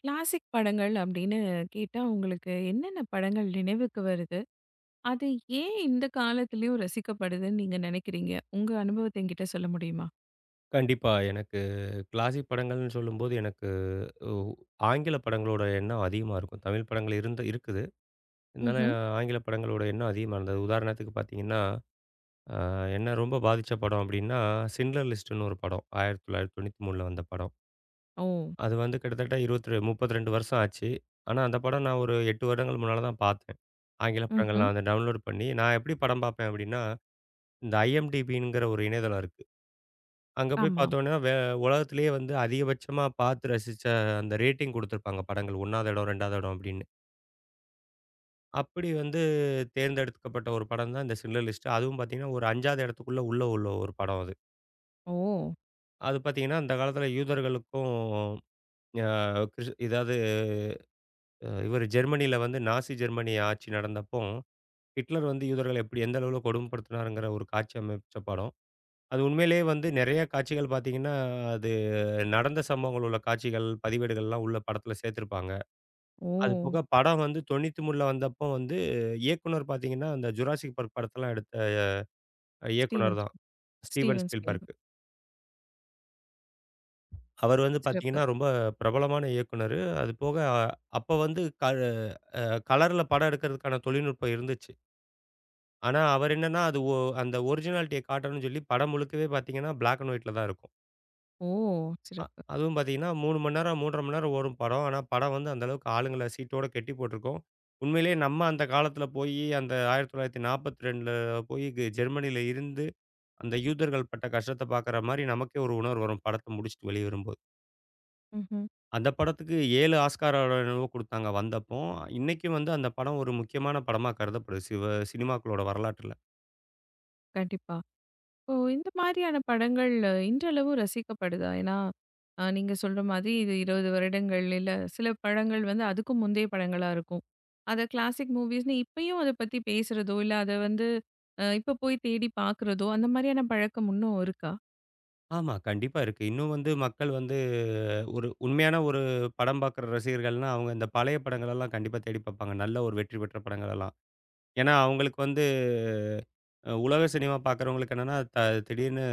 Classic படங்கள் அப்படின்னு கேட்டா, உங்களுக்கு என்னென்ன படங்கள் நினைவுக்கு வருது? அது ஏன் இந்த காலத்திலயும் ரசிக்கப்படுதுன்னு நீங்க நினைக்கிறீங்க? உங்க அனுபவத்த என்கிட்ட சொல்ல முடியுமா? கண்டிப்பா. எனக்கு கிளாசிக் படங்கள்னு சொல்லும்போது, எனக்கு உ ஆங்கில படங்களோட எண்ணம் அதிகமா இருக்கும். தமிழ் படங்கள் இருந்து இருக்குது. இருந்தாலும் ம்ஹ்ம். ஆங்கில படங்களோட எண்ணம் அதிகமா இருந்தது. உதாரணத்துக்கு பார்த்தீங்கன்னா, அ என்ன ரொம்ப பாதிச்ச படம் அப்டின்னா, சிண்ட்லர் லிஸ்ட்ன்னு ஒரு படம். 1993ல வந்த படம். ஓ! அது வந்து கிட்டத்தட்ட 22 32 வருஷம் ஆச்சு. ஆனா அந்த படம் நான் ஒரு 8 வருடங்கள் முன்னால தான் பார்த்தேன். ஆங்கில படங்கள் ம்ஹ்ம். நான் அத டவுன்லோட் பண்ணி நான் எப்டி படம் பார்ப்பேன் அப்டின்னா, இந்த IMDbங்கிற ஒரு இணையதளம் இருக்கு. அங்க போய் ஆமா. பார்த்தோன்னா, உலகத்திலேயே வந்து அதிகபட்சமா பார்த்து ரசிச்ச அந்த ரேட்டிங் குடுத்துருப்பாங்க படங்கள். 1வது இடம், 2வது இடம் அப்டின்னு. அப்படி வந்து தேர்ந்தெடுக்கப்பட்ட ஒரு படம் தான் இந்த சிண்டர் லிஸ்ட். அதுவும் பார்த்தீங்கன்னா, ஒரு 5வது இடத்துக்குள்ள உள்ள உள்ள ஒரு படம் அது. ஓ! அது பார்த்தீங்கன்னா, அந்த காலத்தில யூதர்களுக்கும் அ கிறிஸ் இதாவது இவரு ஜெர்மனியில வந்து நாசி ஜெர்மனி ஆட்சி நடந்தப்போ, ஹிட்லர் வந்து யூதர்கள எப்படி எந்த அளவுல கொடுமைப்படுத்தினாருங்கிற ஒரு காட்சி அமைச்ச படம். அது உண்மையிலேயே வந்து நெறைய காட்சிகள் பார்த்தீங்கன்னா, அது நடந்த சம்பவங்கள் உள்ள காட்சிகள், பதிவேடுகள்லாம் உள்ள படத்துல சேர்த்திருப்பாங்க. அது ஓ! போக படம் வந்து 93ல வந்தப்போ வந்து இயக்குனர் பார்த்தீங்கன்னா, அந்த ஜுராசிக் பார்க் படத்தெல்லாம் எடுத்த இயக்குனர் ஸ்டீவன் தான். Spielberg. Steven Steven Spielberg. Spielberg. அவர் வந்து சிறப்பு. பார்த்தீங்கன்னா, ரொம்ப பிரபலமான இயக்குனரு. அது போக அப்ப வந்து கலர்ல படம் எடுக்கிறதுக்கான தொழில்நுட்பம் இருந்துச்சு. ஆனா, அவர் என்னன்னா, அது ஒ அந்த ஒரிஜினாலிட்டிய காட்டணும்னு சொல்லி படம் முழுக்கவே பார்த்தீங்கன்னா, பிளாக் அண்ட் ஒயிட்ல தான் இருக்கும். ஓ! அ சிறப்பு. அதுவும் பார்த்தீங்கன்னா, 3 மணி நேரம், 3 1/2 மணி நேரம் ஓடும் படம். ஆனா, படம் வந்து அந்த அளவுக்கு ஆளுங்கள சீட்டோட கட்டி போட்டுருக்கும். உண்மையிலேயே நம்ம அந்த காலத்தில போயி, அந்த 1942ல போயி ஜெர்மனியில இருந்து, அந்த யூதர்கள் பட்ட கஷ்டத்த பார்க்குற மாரி நமக்கே ஒரு உணர்வு வரும், படத்த முடிச்சுட்டு வெளிய வரும்போது. ம்ஹ்ம். அந்த படத்துக்கு 7 ஆஸ்கார் அவார்டோ என்னவோ குடுத்தாங்க வந்தப்போ. இன்னைக்கும் வந்து அந்த படம் ஒரு முக்கியமான படமா கருதப்படுது, சிவ சினிமாக்களோட வரலாற்றில. கண்டிப்பா. ஓ! இந்த மாதிரியான படங்கள் இன்றளவும் ரசிக்கப்படுதா? ஏன்னா, நீங்க சொல்ற மாதிரி இது 20 வருடங்கள், இல்ல சில படங்கள் வந்து அதுக்கும் முந்தைய படங்களா இருக்கும். அத கிளாசிக் மூவிஸ்ன்னு இப்பயும் அத பத்தி பேசுறதோ, இல்ல அத வந்து இப்ப போய் தேடி பார்க்குறதோ, அந்த மாதிரியான பழக்கம் இன்னும் இருக்கா? ஆமா, கண்டிப்பா இருக்கு. இன்னும் வந்து மக்கள் வந்து ஒரு உண்மையான ஒரு படம் பார்க்குற ரசிகர்கள்னா, அவங்க இந்த பழைய படங்களெல்லாம் கண்டிப்பா தேடி பார்ப்பாங்க. நல்ல ஒரு வெற்றி பெற்ற படங்களெல்லாம். ஏன்னா, அவங்களுக்கு வந்து உலக சினிமா பார்க்குறவங்களுக்கு என்னன்னா, திடீர்னு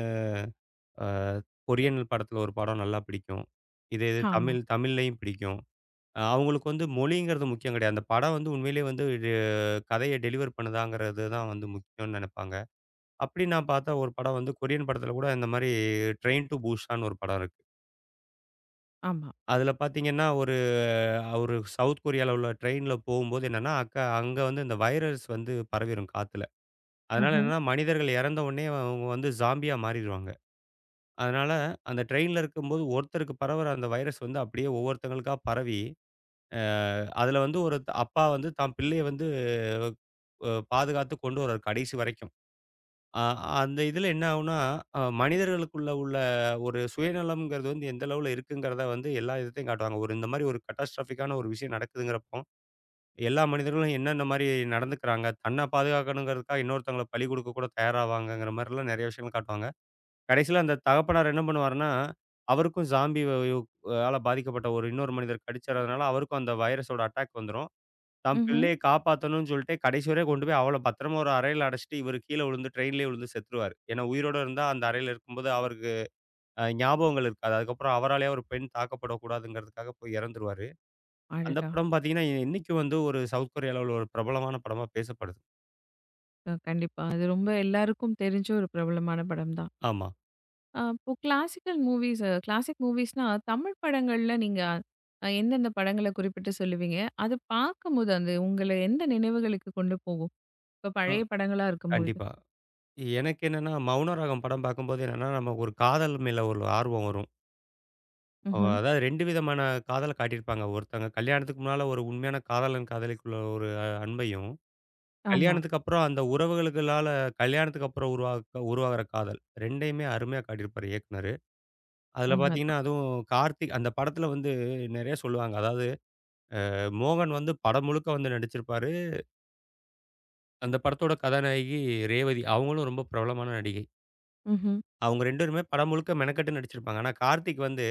அ கொரியன் படத்தில ஒரு படம் நல்லா பிடிக்கும். இதே இது ஆமா, தமிழ்லயும் பிடிக்கும். அவங்களுக்கு வந்து மொழிங்கிறது முக்கியம் கிடையாது. அந்த படம் வந்து உண்மையிலேயே வந்து இது கதைய டெலிவர் பண்ணுதாங்கிறது தான் வந்து முக்கியம்னு நெனைப்பாங்க. அப்படி நான் பார்த்த ஒரு படம் வந்து கொரியன் படத்தில கூட இந்த மாரி ட்ரெயின் டூ பூசான்னு ஒரு படம் இருக்கு. ஆமா. அதில பார்த்தீங்கன்னா, ஒரு ஒரு சவுத் கொரியால உள்ள ட்ரெயின்ல போகும்போது என்னன்னா, அங்க வந்து இந்த வைரஸ் வந்து பரவிரும் காத்துல. அதனால ம்ஹ்ம், என்னன்னா, மனிதர்கள் இறந்த உடனே அவங்க வந்து ஸாம்பியா மாறிருவாங்க. அதனால அந்த ட்ரெயின்ல இருக்கும்போது ஒருத்தருக்கு பரவுற அந்த வைரஸ் வந்து அப்படியே ஒவ்வொருத்தவங்களுக்கா பரவி, அ அதில வந்து அப்பா வந்து தான் பிள்ளைய வந்து அ பாதுகாத்து கொண்டு வராரு கடைசி வரைக்கும். அ அந்த இதில என்ன ஆகும்னா, மனிதர்களுக்குள்ள உள்ள ஒரு சுயநலம்ங்கிறது வந்து எந்த அளவுல இருக்குங்கிறத வந்து எல்லா இதுத்தையும் காட்டுவாங்க. ஒரு இந்த மாரி ஒரு கேட்டாஸ்ட்ராஃபிக்கான ஒரு விஷயம் நடக்குதுங்கிறப்போ, எல்லா மனிதர்களும் என்னென்ன மாரி நடந்துக்கிறாங்க, தன்ன பாதுகாக்கணுங்கிறதுக்காக இன்னொருத்தவங்கள பலி கொடுக்க கூட தயாராவாங்கங்கிற மாரிலாம் நெறைய விஷயங்கள் காட்டுவாங்க. கடைசியில அந்த தகப்பனார் என்ன பண்ணுவாருன்னா, அவருக்கும் ஸாம்பி வ யு ஆல பாதிக்கப்பட்ட ஒரு இன்னொரு மனிதர் கடிச்சறதுனால, அவருக்கும் அந்த வைரஸோட அட்டாக் வந்துரும். தான் ம்ஹ்ம். பிள்ளைய காப்பாத்தணும்னு சொல்லிட்டு கடைசி வரையும் கொண்டு போய் அவள பத்திரமா ஒரு அறையில அடைச்சிட்டு, இவரு கீழ விழுந்து ட்ரெயின்லயே விழுந்து செத்துருவாரு. ஏன்னா உயிரோட இருந்தா அந்த அறையில இருக்கும்போது அவருக்கு ஞாபகங்கள் இருக்காது. அதுக்கப்புறம் அவராலயே ஒரு பெண் தாக்கப்படக்கூடாதுங்கிறதுக்காக போய் இறந்துருவாரு. அந்த அடடா! படம் பார்த்தீங்கன்னா, இன்னைக்கும் வந்து ஒரு சவுத் கொரியால உள்ள ஒரு பிரபலமான படமா பேசப்படுது. கண்டிப்பா. அது ரொம்ப எல்லாருக்கும் தெரிஞ்ச ஒரு பிரபலமான படம் தான். ஆமா. இப்போ கிளாசிக் மூவிஸ்னா, தமிழ் படங்கள்ல நீங்க எந்தெந்த படங்கள குறிப்பிட்டு சொல்லுவீங்க? அது பார்க்கும்போது அந்த உங்கள எந்த நினைவுகளுக்கு கொண்டு போகும்? இப்ப ஆ. பழைய படங்களா இருக்கும்பொழுது. கண்டிப்பா. எனக்கு என்னன்னா, மௌனராகம் படம் பார்க்கும்போது என்னன்னா, நம்ம ஒரு காதல் மேல ஒரு ஆர்வம் வரும். ம்ஹ்ம். அதாவது 2 விதமான காதல காட்டியிருப்பாங்க. ஒருத்தங்க கல்யாணத்துக்கு முன்னால ஒரு உண்மையான காதலன், காதலிக்குள்ள ஒரு அன்பையும் ஆமா. கல்யாணத்துக்கு அப்புறம் அந்த உறவுகளுகளால கல்யாணத்துக்கு அப்புறம் உருவாகுற காதல் 2யுமே அருமையா காட்டியிருப்பாரு இயக்குனரு. அதில பார்த்தீங்கன்னா, உண்மதான். அதுவும் கார்த்திக் அந்த படத்தில வந்து நெறைய சொல்லுவாங்க. அதாவது மோகன் வந்து படம் முழுக்க வந்து நடிச்சிருப்பாரு. அந்த படத்தோட கதாநாயகி ரேவதி. அவங்களும் ரொம்ப பிரபலமான நடிகை. ம்ஹ்ம். அவங்க 2 பேருமே படம் முழுக்க மெனக்கெட்டு நடிச்சிருப்பாங்க. ஆனா, கார்த்திக் வந்து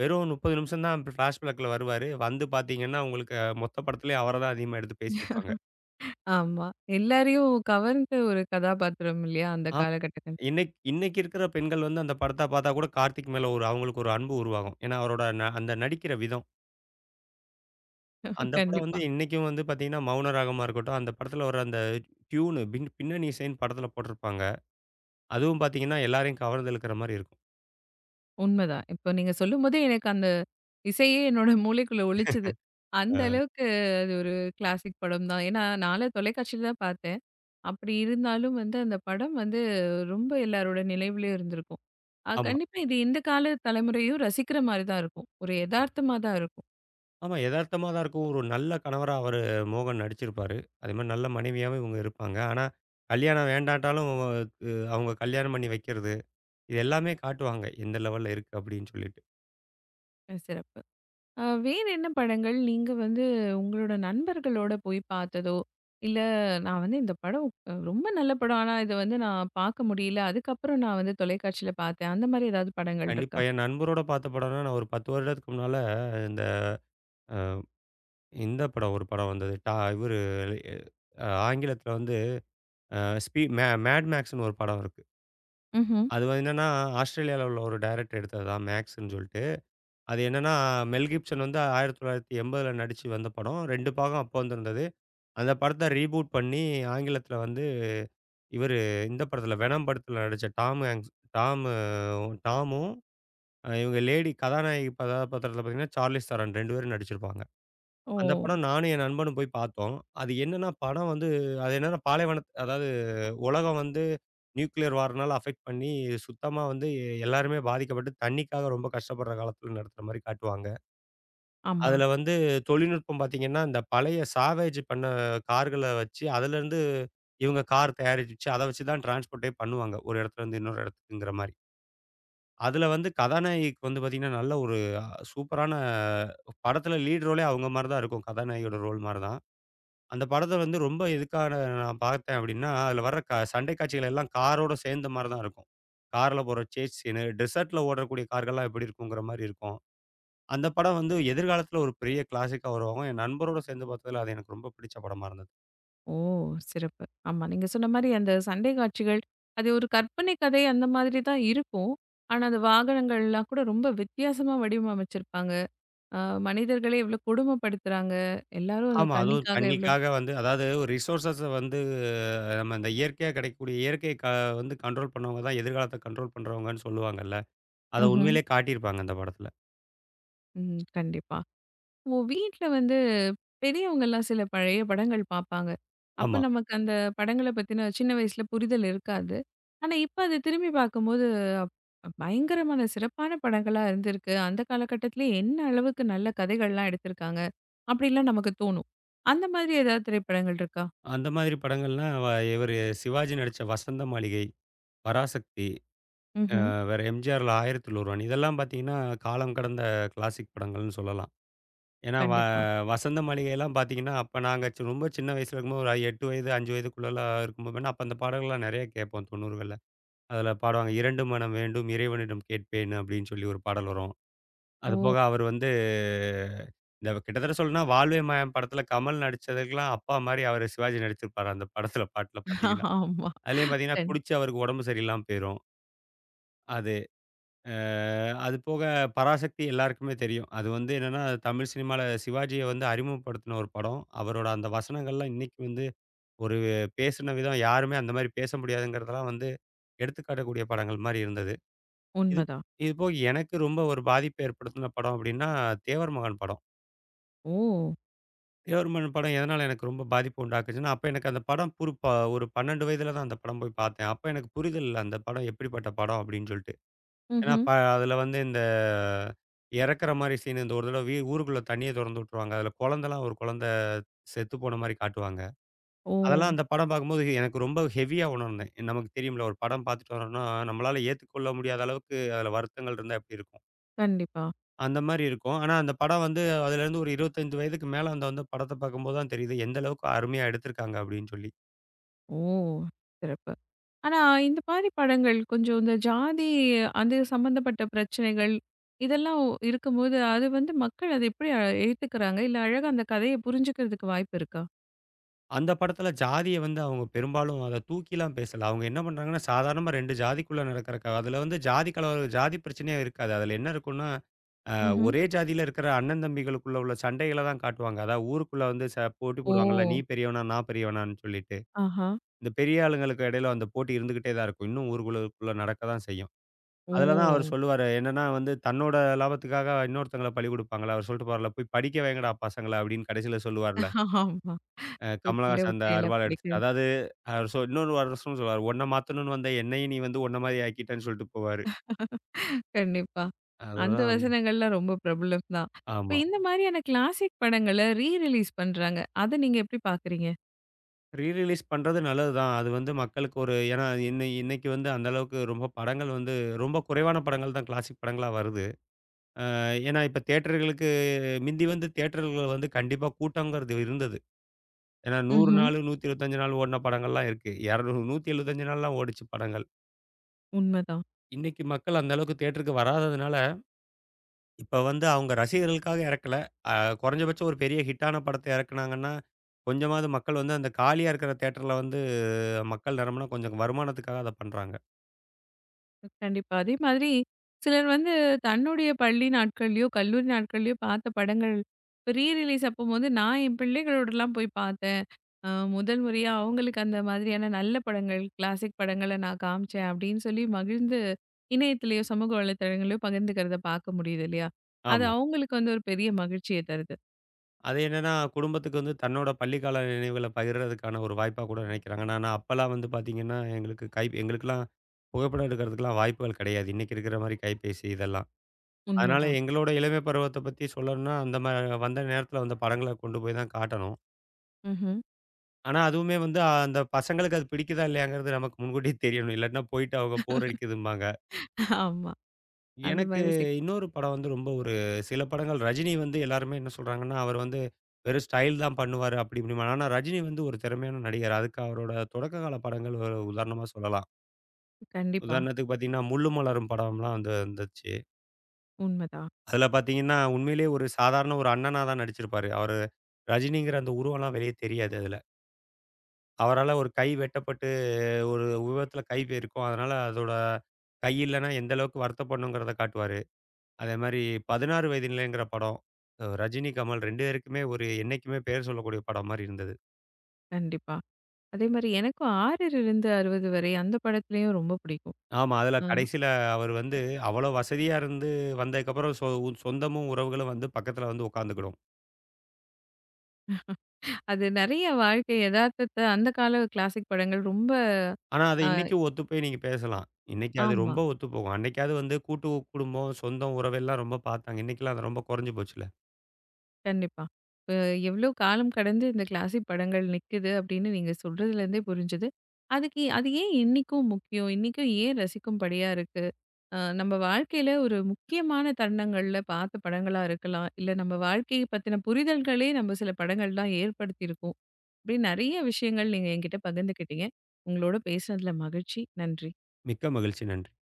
வெறும் 30 நிமிஷம் தான் ஃபிளாஷ்பேக்ல வருவாரு. வந்து பார்த்தீங்கன்னா, உங்களுக்கு மொத்த படத்திலேயே அவர தான் அதிகமா எடுத்து பேசியிருப்பாங்க. ஆமா. எல்லாரையும் கவர்ந்த ஒரு கதாபாத்திரம் இல்லையா? அந்த காலகட்டங்கள். இன்னைக்கு இன்னைக்கு இருக்கிற பெண்கள் வந்து அந்த படத்த பார்த்தா கூட கார்த்திக் மேல ஒரு அவங்களுக்கு ஒரு அன்பு உருவாகும். ஏன்னா, அவரோட அந்த நடிக்கிற விதம். அந்த படம் வந்து கண்டிப்பா. இன்னைக்கும் வந்து பார்த்தீங்கன்னா, மௌன ராகமா இருக்கட்டும், அந்த படத்துல வர அந்த டியூனு பின்னணி இசைன்னு படத்துல போட்டிருப்பாங்க. அதுவும் பார்த்தீங்கன்னா, எல்லாரையும் கவர்ந்து இழுக்கிற மாரி இருக்கும். உண்மதான். இப்போ நீங்க சொல்லும்போதே எனக்கு அந்த இசையே என்னோட மூளைக்குள்ள ஒலிச்சது. அந்த அ அளவுக்கு அது ஒரு கிளாசிக் படம் தான். ஏன்னா, நான்லாம் தொலைக்காட்சியில தான் பார்த்தேன். அப்படி இருந்தாலும் வந்து அந்த படம் வந்து ரொம்ப எல்லாரோட நினைவுலயும் இருந்திருக்கும். ஆமா. கண்டிப்பா இது இந்த கால தலைமுறையும் ரசிக்கிற மாரி தான் இருக்கும். ஒரு எதார்த்தமா தான் இருக்கும். ஆமா எதார்த்தமா தான் இருக்கும். ஒரு நல்ல கணவரா அவரு மோகன் நடிச்சிருப்பாரு. அதேமாரி நல்ல மனைவியாவும் இவங்க இருப்பாங்க. ஆனா, கல்யாணம் வேண்டாட்டாலும், அவங்க கல்யாணம் பண்ணி வைக்கிறது. இது எல்லாமே காட்டுவாங்க. எந்த லெவல்ல இருக்கு அப்படின்னு சொல்லிட்டு. சிறப்பு. வேற என்ன படங்கள் நீங்க வந்து உங்களோட நண்பர்களோட போய் பார்த்ததோ, இல்ல நான் வந்து இந்த படம் ரொம்ப நல்ல படம். ஆனா இத வந்து நான் பார்க்க முடியல. அதுக்கப்புறம் நான் வந்து தொலைக்காட்சியில பார்த்தேன். அந்த மாரி ஏதாவது படங்கள் கண்டிப்பா. இருக்கா? என் நண்பரோட பார்த்த படம்னா, நான் ஒரு 10 வருடத்துக்கு முன்னால இந்த அ இந்த படம் ஒரு படம் வந்தது. இவரு ஆங்கிலத்தில வந்து அ ஸ்பீ மே மேட் மேக்ஸ்ன்னு ஒரு படம் இருக்கு. ம்ஹ்ம். அது வந்து என்னன்னா, ஆஸ்திரேலியால உள்ள ஒரு டைரக்டர் எடுத்தது தான் மேக்ஸ்ன்னு சொல்லிட்டு. அது என்னன்னா, மெல் கிப்சன் வந்து 1980ல நடிச்சு வந்த படம். 2 பாகம் அப்போ வந்திருந்தது. அந்த படத்த ரீபூட் பண்ணி ஆங்கிலத்தில வந்து இவரு இந்த படத்தில வெனம் படத்தில நடிச்ச டாம் ஹாங்க்ஸ் டாமு டாமும், இவங்க லேடி கதாநாயகி கதாபாத்திரத்தில பார்த்தீங்கன்னா, சார்லிஸ் தெரான் 2 பேரும் நடிச்சிருப்பாங்க. அந்த ஓ! படம் நானும் என் நண்பனும் போய் பார்த்தோம். அது என்னன்னா படம் வந்து அது என்னன்னா அதாவது உலகம் வந்து நியூக்ளியர் வார்னால அஃபெக்ட் பண்ணி சுத்தமா வந்து எல்லாருமே பாதிக்கப்பட்டு தண்ணிக்காக ரொம்ப கஷ்டப்படுற காலத்துல நடத்துற மாரி காட்டுவாங்க. ஆமா. அதுல வந்து தொழில்நுட்பம் பார்த்தீங்கன்னா, இந்த பழைய சாவேஜ் பண்ண கார்கள வச்சு அதுலருந்து இவங்க கார் தயாரிச்சு அத வச்சு தான் டிரான்ஸ்போர்ட்டே பண்ணுவாங்க. ஒரு இடத்துலருந்து இன்னொரு இடத்துக்குங்கிற மாரி. அதுல வந்து கதாநாயகிக்கு வந்து பார்த்தீங்கன்னா, நல்ல ஒரு சூப்பரான படத்துல லீட் ரோலே அவங்க மாரி தான் இருக்கும். கதாநாயகியோட ரோல் மாரி தான். அந்த படத்த வந்து ரொம்ப எதுக்காக நான் பார்த்தேன் அப்படின்னா, அதில வர்ற சண்டை காட்சிகள் எல்லாம் காரோட சேர்ந்த மாரி தான் இருக்கும். கார்ல போற சேஸ் சீனு, டெசர்ட்ல ஓடக்கூடிய கார்கள்லாம் எப்படி இருக்குங்கிற மாரி இருக்கும். அந்த படம் வந்து எதிர்காலத்தில ஒரு பெரிய கிளாசிக்கா உருவாகும். என் நண்பரோட சேர்ந்து பார்த்ததில அது எனக்கு ரொம்ப பிடிச்ச படமா இருந்தது. ஓ! சிறப்பு. ஆமா. நீங்க சொன்ன மாரி அந்த சண்டை காட்சிகள், அது ஒரு கற்பனை கதை அந்த மாதிரி தான் இருக்கும். ஆனா, அந்த வாகனங்கள்லாம் கூட ரொம்ப வித்தியாசமா வடிவமைச்சிருப்பாங்க. அ மனிதர்களே எவ்வளோ கொடுமைப்படுத்துறாங்க. எல்லாரும் அந்த ஆமா. அதுவும் தண்ணிக்காக எவ்வளோ தண்ணிக்காக வந்து அதாவது ரிசோர்ஸஸ வந்து நம்ம இந்த இயற்கையா கிடைக்கக்கூடிய இயற்கைய க வந்து கண்ட்ரோல் பண்ணவங்க தான் எதிர்காலத்த கண்ட்ரோல் பண்ணுறவங்கன்னு சொல்லுவாங்கல்ல. அத ம்ஹ்ம். உண்மையிலேயே காட்டியிருப்பாங்க அந்த படத்தில. ம். கண்டிப்பா. ஓ! வீட்ல வந்து பெரியவங்கலாம் சில பழைய படங்கள் பார்ப்பாங்க. அப்ப ஆமா. நமக்கு அந்த படங்கள பத்தின சின்ன வயசுல புரிதல் இருக்காது. ஆனா, இப்ப அத திரும்பி பார்க்கும்போது பயங்கரமான சிறப்பான படங்களா இருந்திருக்கு. அந்த காலகட்டத்திலே என்ன அளவுக்கு நல்ல கதைகள்லாம் எடுத்திருக்காங்க. அப்படிலாம் நமக்கு தோணும். அந்த மாதிரி ஏதாவது திரைப்படங்கள் இருக்கா? அந்த மாதிரி படங்கள்லாம் இவரு சிவாஜி நடிச்ச வசந்த மாளிகை. பராசக்தி, ம்ஹ்ம். வேற எம்ஜிஆர்ல 1001 இதெல்லாம் பார்த்தீங்கன்னா, காலம் கடந்த கிளாசிக் படங்கள்னு சொல்லலாம். ஏன்னா கண்டிப்பா. வசந்த மளிகைலாம் பார்த்தீங்கன்னா, அப்ப நாங்க ரொம்ப சின்ன வயசுல இருக்கும்போது ஒரு 8 வயது, 5 வயதுக்குள்ளலாம் இருக்கும்போது வேணா, அப்ப அந்த பாடல்கள்லாம் நெறைய கேட்போம் 90கள்ல. அதுல பாடுவாங்க, "இரண்டு மனம் வேண்டும் இறைவனிடம் கேட்பேன்" அப்படின்னு சொல்லி ஒரு பாடல் வரும். அது ஓ! போக அவர் வந்து இந்த கிட்டத்தட்ட சொல்லணும்னா, "வாழ்வே மாயம்" படத்துல கமல் நடிச்சதுக்கெல்லாம் அப்பா மாரி அவரு சிவாஜி நடிச்சிருப்பாரு அந்த படத்துல பாட்டுல பார்த்தீங்கன்னா. ஆமா. அதுலயும் பார்த்தீங்கன்னா, கண் குடிச்சு அவருக்கு உடம்பு சரியில்லாம போயிரும். அது அ அது போக பராசக்தி எல்லாருக்குமே தெரியும். அது வந்து என்னன்னா, தமிழ் சினிமால சிவாஜிய வந்து அறிமுகப்படுத்தின ஒரு படம். அவரோட அந்த வசனங்கள்லாம் இன்னைக்கு வந்து ஒரு பேசின விதம் யாருமே அந்த மாரி பேச முடியாதுங்கிறதெல்லாம் வந்து எடுத்துக்காட்டக்கூடிய படங்கள் மாரி இருந்தது. இது உண்மதான். இது போக எனக்கு ரொம்ப ஒரு பாதிப்ப ஏற்படுத்தின படம் அப்டின்னா, தேவர் மகன் படம். ஓ! தேவர் மகன் படம் எதனால எனக்கு ரொம்ப பாதிப்பு உண்டாக்குச்சுன்னா, அப்ப எனக்கு அந்த படம் புரு ப ஒரு 12 வயதில தான் அந்த படம் போய் பார்த்தேன். அப்ப எனக்கு புரிதல் இல்ல அந்த படம் எப்படிப்பட்ட படம் அப்டின்னு சொல்லிட்டு. ஏன்னா, ம்ஹ்ம். அதுல வந்து இந்த இறக்குற மாரி சீன் இந்த ஒரு தடவ ஊருக்குள்ள தண்ணிய தொறந்து விட்டுருவாங்க. அதுல குழந்தலாம் ஒரு குழந்த செத்து போன மாரி காட்டுவாங்க. ஓ! அதெல்லாம் அந்த படம் பார்க்கும்போது எனக்கு ரொம்ப ஹெவியா உணர்ந்தேன். நமக்கு தெரியும்ல ஒரு படம் பார்த்துட்டு வரோம்னா, நம்மளால ஏத்துக்கொள்ள முடியாத அளவுக்கு அதுல வருத்தங்கள் இருந்தா எப்படி இருக்கும்? கண்டிப்பா. அந்த மாரி இருக்கும். ஆனா அந்த படம் வந்து அதுலேருந்து ஒரு 25 வயதுக்கு மேல அந்த வந்து படத்த பார்க்கும்போது தான் தெரியுது. எந்த அளவுக்கு அருமையா எடுத்திருக்காங்க அப்படின்னு சொல்லி. ஓ! சிறப்பு. ஆனா, இந்த மாரி படங்கள் கொஞ்சம் இந்த ஜாதி அது சம்மந்தப்பட்ட பிரச்சனைகள், இதெல்லாம் இருக்கும்போது, அது வந்து மக்கள் அத எப்படி ஏத்துக்கிறாங்க? இல்ல அழகா அந்த கதைய புரிஞ்சுக்கிறதுக்கு வாய்ப்பு இருக்கா? அந்த படத்துல ஜாதிய வந்து அவங்க பெரும்பாலும் அத தூக்கிலாம் பேசல. அவங்க என்ன பண்றாங்கன்னா, சாதாரணமா 2 ஜாதிக்குள்ள நடக்கிற அதுல வந்து ஜாதி கலவரம், ஜாதி பிரச்சனையே இருக்காது. அதுல என்ன இருக்கும்னா அ ம்ஹ்ம். ஒரே ஜாதியில இருக்கிற அண்ணன் தம்பிகளுக்குள்ள உள்ள சண்டைகள தான் காட்டுவாங்க. அதாவது ஊருக்குள்ள வந்து போட்டி ஓ! போடுவாங்கல்ல, நீ பெரியவனா, நான் பெரியவனான்னு சொல்லிட்டு. ஆஹா. இந்த பெரிய ஆளுங்களுக்கு இடையில அந்த போட்டி இருந்துகிட்டே தான் இருக்கும். இன்னும் ஊருக்குள்ளக்குள்ள நடக்க தான் செய்யும். அதுல தான் அவர் ஓ! சொல்லுவாரு. என்னன்னா வந்து தன்னோட லாபத்துக்காக இன்னொருத்தங்கள பலி கொடுப்பாங்கல்ல. அவர் சொல்லிட்டு போவார்ல, "போய் படிக்க வைங்கடா பசங்கள" அப்படின்னு கடைசியில சொல்லுவார்ல. ஆமா. போய் புள்ள கமலஹாசன் அந்த விட்டேன்ல அருவாள படிக்க. எடுத்துட்டு. அதாவது அவர் சொ இன்னொரு வருஷமும் சொல்லுவாரு. "உன்ன மாத்தணும்னு வந்த என்னையும் நீ வந்து உன்ன மாரி ஆக்கிட்டன்னு" சொல்லிட்டு போவாரு. கண்டிப்பா. அந்த அதுதான் வந்து வசனங்கள்லாம் ரொம்ப பிரபலம் தான். இப்ப ஆமா. இந்த மாரியான கிளாசிக் படங்கள ரிலீஸ் பண்றாங்க. அத நீங்க எப்படி பார்க்குறீங்க? ரீ ரிலீஸ் பண்றது நல்லது தான். அது வந்து மக்களுக்கு ஒரு ஏன்னா இன்னைக்கு வந்து அந்த அளவுக்கு ரொம்ப படங்கள் வந்து ரொம்ப குறைவான படங்கள் தான் கிளாசிக் படங்களா வருது. ஏன்னா இப்ப தியேட்டர்களுக்கு மிந்தி வந்து தியேட்டர்கள் வந்து கண்டிப்பா கூட்டம்ங்கிறது இருந்தது. ஏன்னா 100 ம்ஹ்ம். நாள், 125 நாள் ஓடுன படங்கள்லாம் இருக்கு. 200 175 நாள்லாம் ஓடுச்சு படங்கள். உண்மதான். இன்னைக்கு மக்கள் அந்த அளவுக்கு தியேட்டருக்கு வராததுனால, இப்ப வந்து அவங்க ரசிகர்களுக்காக இறக்கல. அ குறைஞ்சபட்சம் ஒரு பெரிய ஹிட்டான படத்த இறக்குனாங்கன்னா, கொஞ்சமாவது மக்கள் வந்து அந்த காலியா இருக்கிற தியேட்டர்ல வந்து மக்கள் நிரம்புனா கொஞ்சம் வருமானத்துக்காக அத பண்றாங்க. கண்டிப்பா. அதே மாதிரி சிலர் வந்து தன்னுடைய பள்ளி நாட்கள்லயோ, கல்லூரி நாட்கள்லயோ பார்த்த படங்கள் இப்ப ரீ ரிலீஸ் அப்பம்போது நான் என் பிள்ளைகளோடலாம் போய் பார்த்தேன். அ முதல் முறையா அவங்களுக்கு அந்த மாதிரியான நல்ல படங்கள், கிளாசிக் படங்கள நான் காமிச்சேன் அப்படின்னு சொல்லி மகிழ்ந்து இணையத்திலயோ, சமூக வலைதளங்கள்லயோ பகிர்ந்துக்கிறத பார்க்க முடியுது இல்லையா? அது ஆமா. அவங்களுக்கு வந்து ஒரு பெரிய மகிழ்ச்சிய தருது. அது என்னன்னா, குடும்பத்துக்கு வந்து தன்னோட பள்ளிக்கால நினைவுகள பகிர்றதுக்கான ஒரு வாய்ப்பா கூட நினைக்கிறாங்க. ஆனா, அப்பலாம் வந்து பார்த்தீங்கன்னா, எங்களுக்கு கை எங்களுக்கெல்லாம் புகைப்படம் எடுக்கிறதுக்கெல்லாம் வாய்ப்புகள் கிடையாது. இன்னைக்கு இருக்கிற மாரி கைபேசி இதெல்லாம். அதனால உண்மதான். எங்களோட இளமை பருவத்த பத்தி சொல்லணும்னா, அந்த மா வந்த நேரத்தில வந்த படங்கள கொண்டு போய் தான் காட்டணும். ம்ஹ்ம். ஆனா, அதுவுமே வந்து அந்த பசங்களுக்கு அது பிடிக்குதா இல்லையாங்கிறது நமக்கு முன்கூட்டியே தெரியணும். இல்லாட்டினா போயிட்டு அவங்க போர் அடிக்குதும்பாங்க. ஆமா. அந்த எனக்கு மாதிரி சிக் இன்னொரு படம் வந்து ரொம்ப ஒரு சில படங்கள் ரஜினி வந்து எல்லாருமே என்ன சொல்றாங்கன்னா, அவர் வந்து வெறும் ஸ்டைல் தான் பண்ணுவாரு அப்படி இப்படிம்பாங்க. ஆனா ரஜினி வந்து ஒரு திறமையான நடிகர். அதுக்கு அவரோட தொடக்க கால படங்கள் ஒரு உதாரணமா சொல்லலாம். கண்டிப்பா. உதாரணத்துக்கு பார்த்தீங்கன்னா, முள்ளும் மலரும் படம்லாம் வந்து வந்துச்சு. உண்மதான். அதில பார்த்தீங்கன்னா, உண்மையிலேயே ஒரு சாதாரண ஒரு அண்ணனா தான் நடிச்சிருப்பாரு. அவரு ரஜினிங்கிற அந்த உருவம்லாம் வெளிய தெரியாது அதில. அவரால ஒரு கை வெட்டப்பட்டு ஒரு உருவத்தில கை போயிருக்கும். அதனால அதோட கை இல்லன்னா எந்த அளவுக்கு வருத்தப்படணுங்கிறத காட்டுவாரு. அதே மாரி 16 வயது நிலைங்கிற படம். ரஜினி, கமல் 2 பேருக்குமே ஒரு என்னைக்குமே பெயர் சொல்லக்கூடிய படம் மாரி இருந்தது. கண்டிப்பா. அதே மாரி எனக்கும் 6லிருந்து 60 வரை அந்த படத்துலயும் ரொம்ப பிடிக்கும். ஆமா. அதுல ஆ. கடைசியில அவரு வந்து அவ்வளோ வசதியா இருந்து வந்ததுக்கப்புறம் சொந்தமும், உறவுகளும் வந்து பக்கத்துல வந்து உட்காந்துக்கிடும். அது நெறைய வாழ்க்கை எதார்த்தத்த அந்த கால கிளாசிக் படங்கள் ரொம்ப ஆனா, அது அ இன்னைக்கும் ஒத்து போய் நீங்க பேசலாம். இன்னைக்கு அது ஆமா. ரொம்ப ஒத்துப்போகும். அன்னைக்காவது வந்து கூட்டு குடும்பம், சொந்தம், உறவெல்லாம் ரொம்ப பார்த்தாங்க. இன்னைக்கெல்லாம் அது ரொம்ப குறைஞ்சு போச்சுல்ல. கண்டிப்பா. அ எவ்ளோ காலம் கடந்து இந்த கிளாசிக் படங்கள் நிக்குது அப்படின்னு நீங்க சொல்றதுலேருந்தே புரிஞ்சுது. அதுக்கு அது ஏன் இன்னைக்கும் முக்கியம்? இன்னைக்கும் ஏன் ரசிக்கும்படியா இருக்கு? நம்ம வாழ்க்கையில ஒரு முக்கியமான தருணங்கள்ல பார்த்த படங்களா இருக்கலாம். இல்ல நம்ம வாழ்க்கைய பத்தின புரிதல்களே நம்ம சில படங்கள் தான் ஏற்படுத்தியிருக்கும். இப்படி நெறைய விஷயங்கள் நீங்க என்கிட்ட பகிர்ந்துக்கிட்டீங்க. உங்களோட பேசினதுல மகிழ்ச்சி. நன்றி. மிக்க மகிழ்ச்சி. நன்றி.